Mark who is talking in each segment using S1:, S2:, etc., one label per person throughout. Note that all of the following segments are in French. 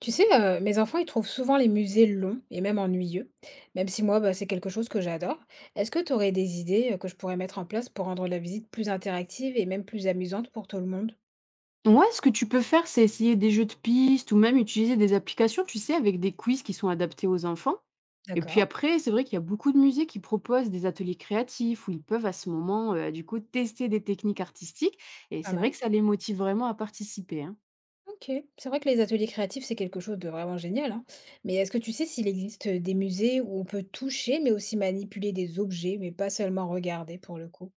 S1: Tu sais, mes enfants, ils trouvent souvent les musées longs et même ennuyeux, même si moi, bah, c'est quelque chose que j'adore. Est-ce que tu aurais des idées, que je pourrais mettre en place pour rendre la visite plus interactive et même plus amusante pour tout le monde?
S2: Ouais, ce que tu peux faire, c'est essayer des jeux de pistes ou même utiliser des applications, tu sais, avec des quiz qui sont adaptés aux enfants. Et puis
S1: D'accord,
S2: après, c'est vrai qu'il y a beaucoup de musées qui proposent des ateliers créatifs où ils peuvent à ce moment, du coup, tester des techniques artistiques. Et
S1: pas
S2: c'est vrai
S1: mal.
S2: que ça les motive vraiment à participer, hein.
S1: OK. C'est vrai que les ateliers créatifs, c'est quelque chose de vraiment génial, hein. Mais est-ce que tu sais s'il existe, des musées où on peut toucher, mais aussi manipuler des objets, mais pas seulement regarder pour le coup?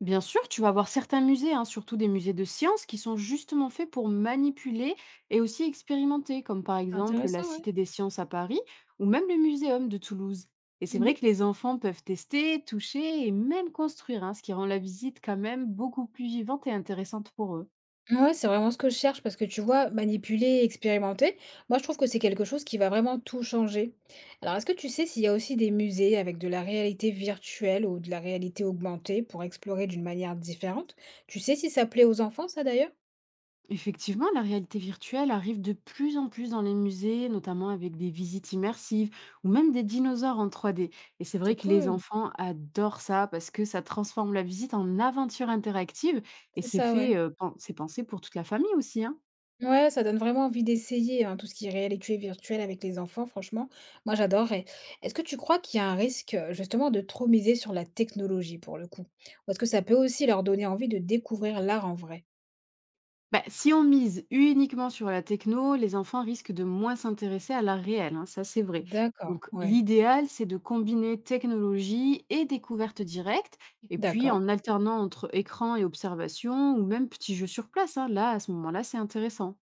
S2: Bien sûr, tu vas avoir certains musées, hein, surtout des musées de sciences, qui sont justement faits pour manipuler et aussi expérimenter, comme par exemple la
S1: Intéressant, ouais.
S2: Cité des sciences à Paris ou même le Muséum de Toulouse. Et c'est
S1: Mmh.
S2: vrai que les enfants peuvent tester, toucher et même construire, hein, ce qui rend la visite quand même beaucoup plus vivante et intéressante pour eux.
S1: Ouais, c'est vraiment ce que je cherche parce que tu vois, manipuler, expérimenter, moi je trouve que c'est quelque chose qui va vraiment tout changer. Alors est-ce que tu sais s'il y a aussi des musées avec de la réalité virtuelle ou de la réalité augmentée pour explorer d'une manière différente? Tu sais si ça plaît aux enfants, ça d'ailleurs?
S2: Effectivement, la réalité virtuelle arrive de plus en plus dans les musées, notamment avec des visites immersives ou même des dinosaures en 3D. Et c'est
S1: C'est
S2: vrai que les
S1: cool.
S2: enfants adorent ça parce que ça transforme la visite en aventure interactive et
S1: C'est
S2: c'est
S1: ça, ouais.
S2: fait, c'est pensé pour toute la famille aussi, hein.
S1: Ouais, ça donne vraiment envie d'essayer hein, tout ce qui est réalité virtuelle avec les enfants, franchement, moi j'adorerais. Est-ce que tu crois qu'il y a un risque justement de trop miser sur la technologie pour le coup? Ou est-ce que ça peut aussi leur donner envie de découvrir l'art en vrai?
S2: Bah, si on mise uniquement sur la techno, les enfants risquent de moins s'intéresser à l'art réel, hein, ça c'est vrai.
S1: D'accord,
S2: Donc
S1: ouais,
S2: l'idéal, c'est de combiner technologie et découverte directe, et puis
S1: d'accord.
S2: en alternant entre écran et observation, ou même petits jeux sur place, hein. Là, à ce moment-là, c'est intéressant.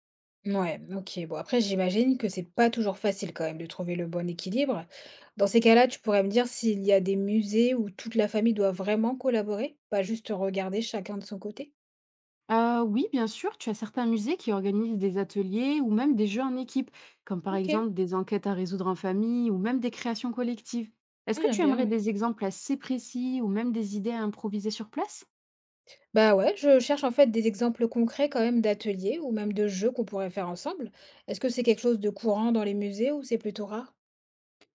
S1: Ouais, OK. Bon, après, j'imagine que c'est pas toujours facile quand même de trouver le bon équilibre. Dans ces cas-là, tu pourrais me dire s'il y a des musées où toute la famille doit vraiment collaborer, pas juste regarder chacun de son côté?
S2: Oui, bien sûr, tu as certains musées qui organisent des ateliers ou même des jeux en équipe, comme par
S1: OK,
S2: exemple des enquêtes à résoudre en famille ou même des créations collectives. Est-ce
S1: ah,
S2: que
S1: j'aime
S2: tu
S1: bien,
S2: aimerais
S1: ouais.
S2: des exemples assez précis ou même des idées à improviser sur place?
S1: Bah ouais, je cherche en fait des exemples concrets quand même d'ateliers ou même de jeux qu'on pourrait faire ensemble. Est-ce que c'est quelque chose de courant dans les musées ou c'est plutôt rare?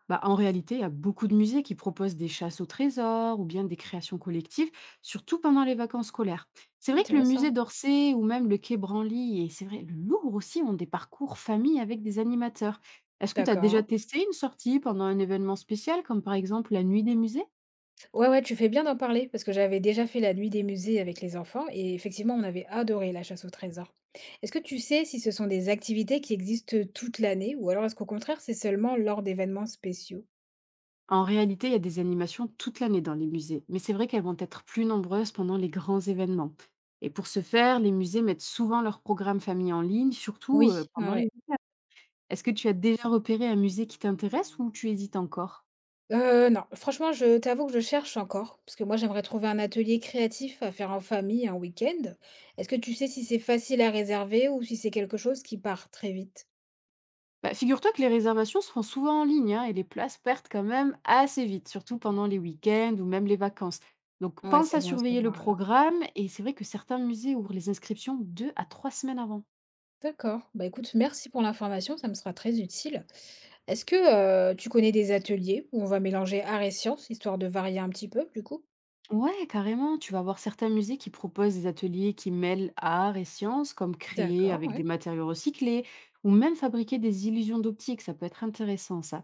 S2: Bah, en réalité, il y a beaucoup de musées qui proposent des chasses au trésor ou bien des créations collectives, surtout pendant les vacances scolaires. C'est vrai que le musée
S1: Intéressant.
S2: d'Orsay ou même le Quai Branly et c'est vrai le Louvre aussi ont des parcours famille avec des animateurs. Est-ce que tu as déjà
S1: D'accord.
S2: testé une sortie pendant un événement spécial, comme par exemple la nuit des musées?
S1: Ouais, ouais, tu fais bien d'en parler parce que j'avais déjà fait la nuit des musées avec les enfants et effectivement, on avait adoré la chasse au trésor. Est-ce que tu sais si ce sont des activités qui existent toute l'année ou alors est-ce qu'au contraire, c'est seulement lors d'événements spéciaux?
S2: En réalité, il y a des animations toute l'année dans les musées, mais c'est vrai qu'elles vont être plus nombreuses pendant les grands événements. Et pour ce faire, les musées mettent souvent leur programme famille en ligne, surtout
S1: Oui, ouais,
S2: pendant les.
S1: ouais.
S2: Est-ce que tu as déjà repéré un musée qui t'intéresse ou tu hésites encore?
S1: Non, franchement, je t'avoue que je cherche encore parce que moi, j'aimerais trouver un atelier créatif à faire en famille un week-end. Est-ce que tu sais si c'est facile à réserver ou si c'est quelque chose qui part très vite?
S2: Bah, figure-toi que les réservations se font souvent en ligne, hein, et les places perdent quand même assez vite, surtout pendant les week-ends ou même les vacances. Donc
S1: Ouais,
S2: pense
S1: c'est
S2: à
S1: bon à
S2: surveiller le
S1: savoir alors.
S2: programme et c'est vrai que certains musées ouvrent les inscriptions 2 à 3 semaines avant.
S1: D'accord. Bah écoute, merci pour l'information, ça me sera très utile. Est-ce que, tu connais des ateliers où on va mélanger art et science, histoire de varier un petit peu, du coup?
S2: Ouais, carrément. Tu vas avoir certains musées qui proposent des ateliers qui mêlent art et sciences, comme créer
S1: D'accord,
S2: avec
S1: ouais.
S2: des matériaux recyclés ou même fabriquer des illusions d'optique. Ça peut être intéressant, ça.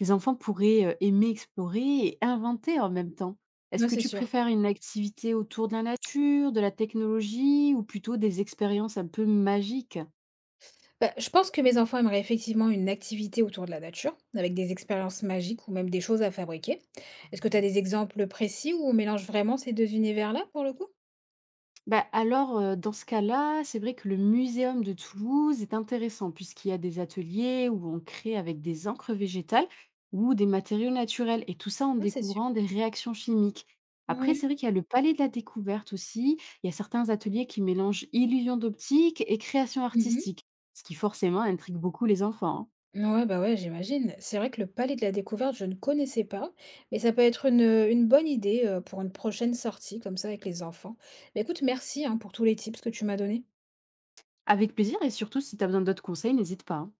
S2: Les enfants pourraient aimer explorer et inventer en même temps. Est-ce
S1: Ouais,
S2: que
S1: c'est
S2: tu
S1: sûr.
S2: préfères une activité autour de la nature, de la technologie ou plutôt des expériences un peu magiques?
S1: Bah, je pense que mes enfants aimeraient effectivement une activité autour de la nature, avec des expériences magiques ou même des choses à fabriquer. Est-ce que tu as des exemples précis où on mélange vraiment ces 2 univers-là, pour le coup?
S2: Bah, alors, dans ce cas-là, c'est vrai que le muséum de Toulouse est intéressant puisqu'il y a des ateliers où on crée avec des encres végétales ou des matériaux naturels et tout ça en
S1: Ouais, c'est sûr.
S2: découvrant des réactions chimiques. Après,
S1: Ouais.
S2: c'est vrai qu'il y a le Palais de la Découverte aussi. Il y a certains ateliers qui mélangent illusion d'optique et création
S1: Mmh.
S2: artistique, ce qui forcément intrigue beaucoup les enfants, hein.
S1: Ouais, bah, ouais, j'imagine. C'est vrai que le palais de la découverte, je ne connaissais pas, mais ça peut être une bonne idée, pour une prochaine sortie comme ça avec les enfants. Mais écoute, merci, hein, pour tous les tips que tu m'as donnés.
S2: Avec plaisir, et surtout si tu as besoin d'autres conseils, n'hésite pas, hein.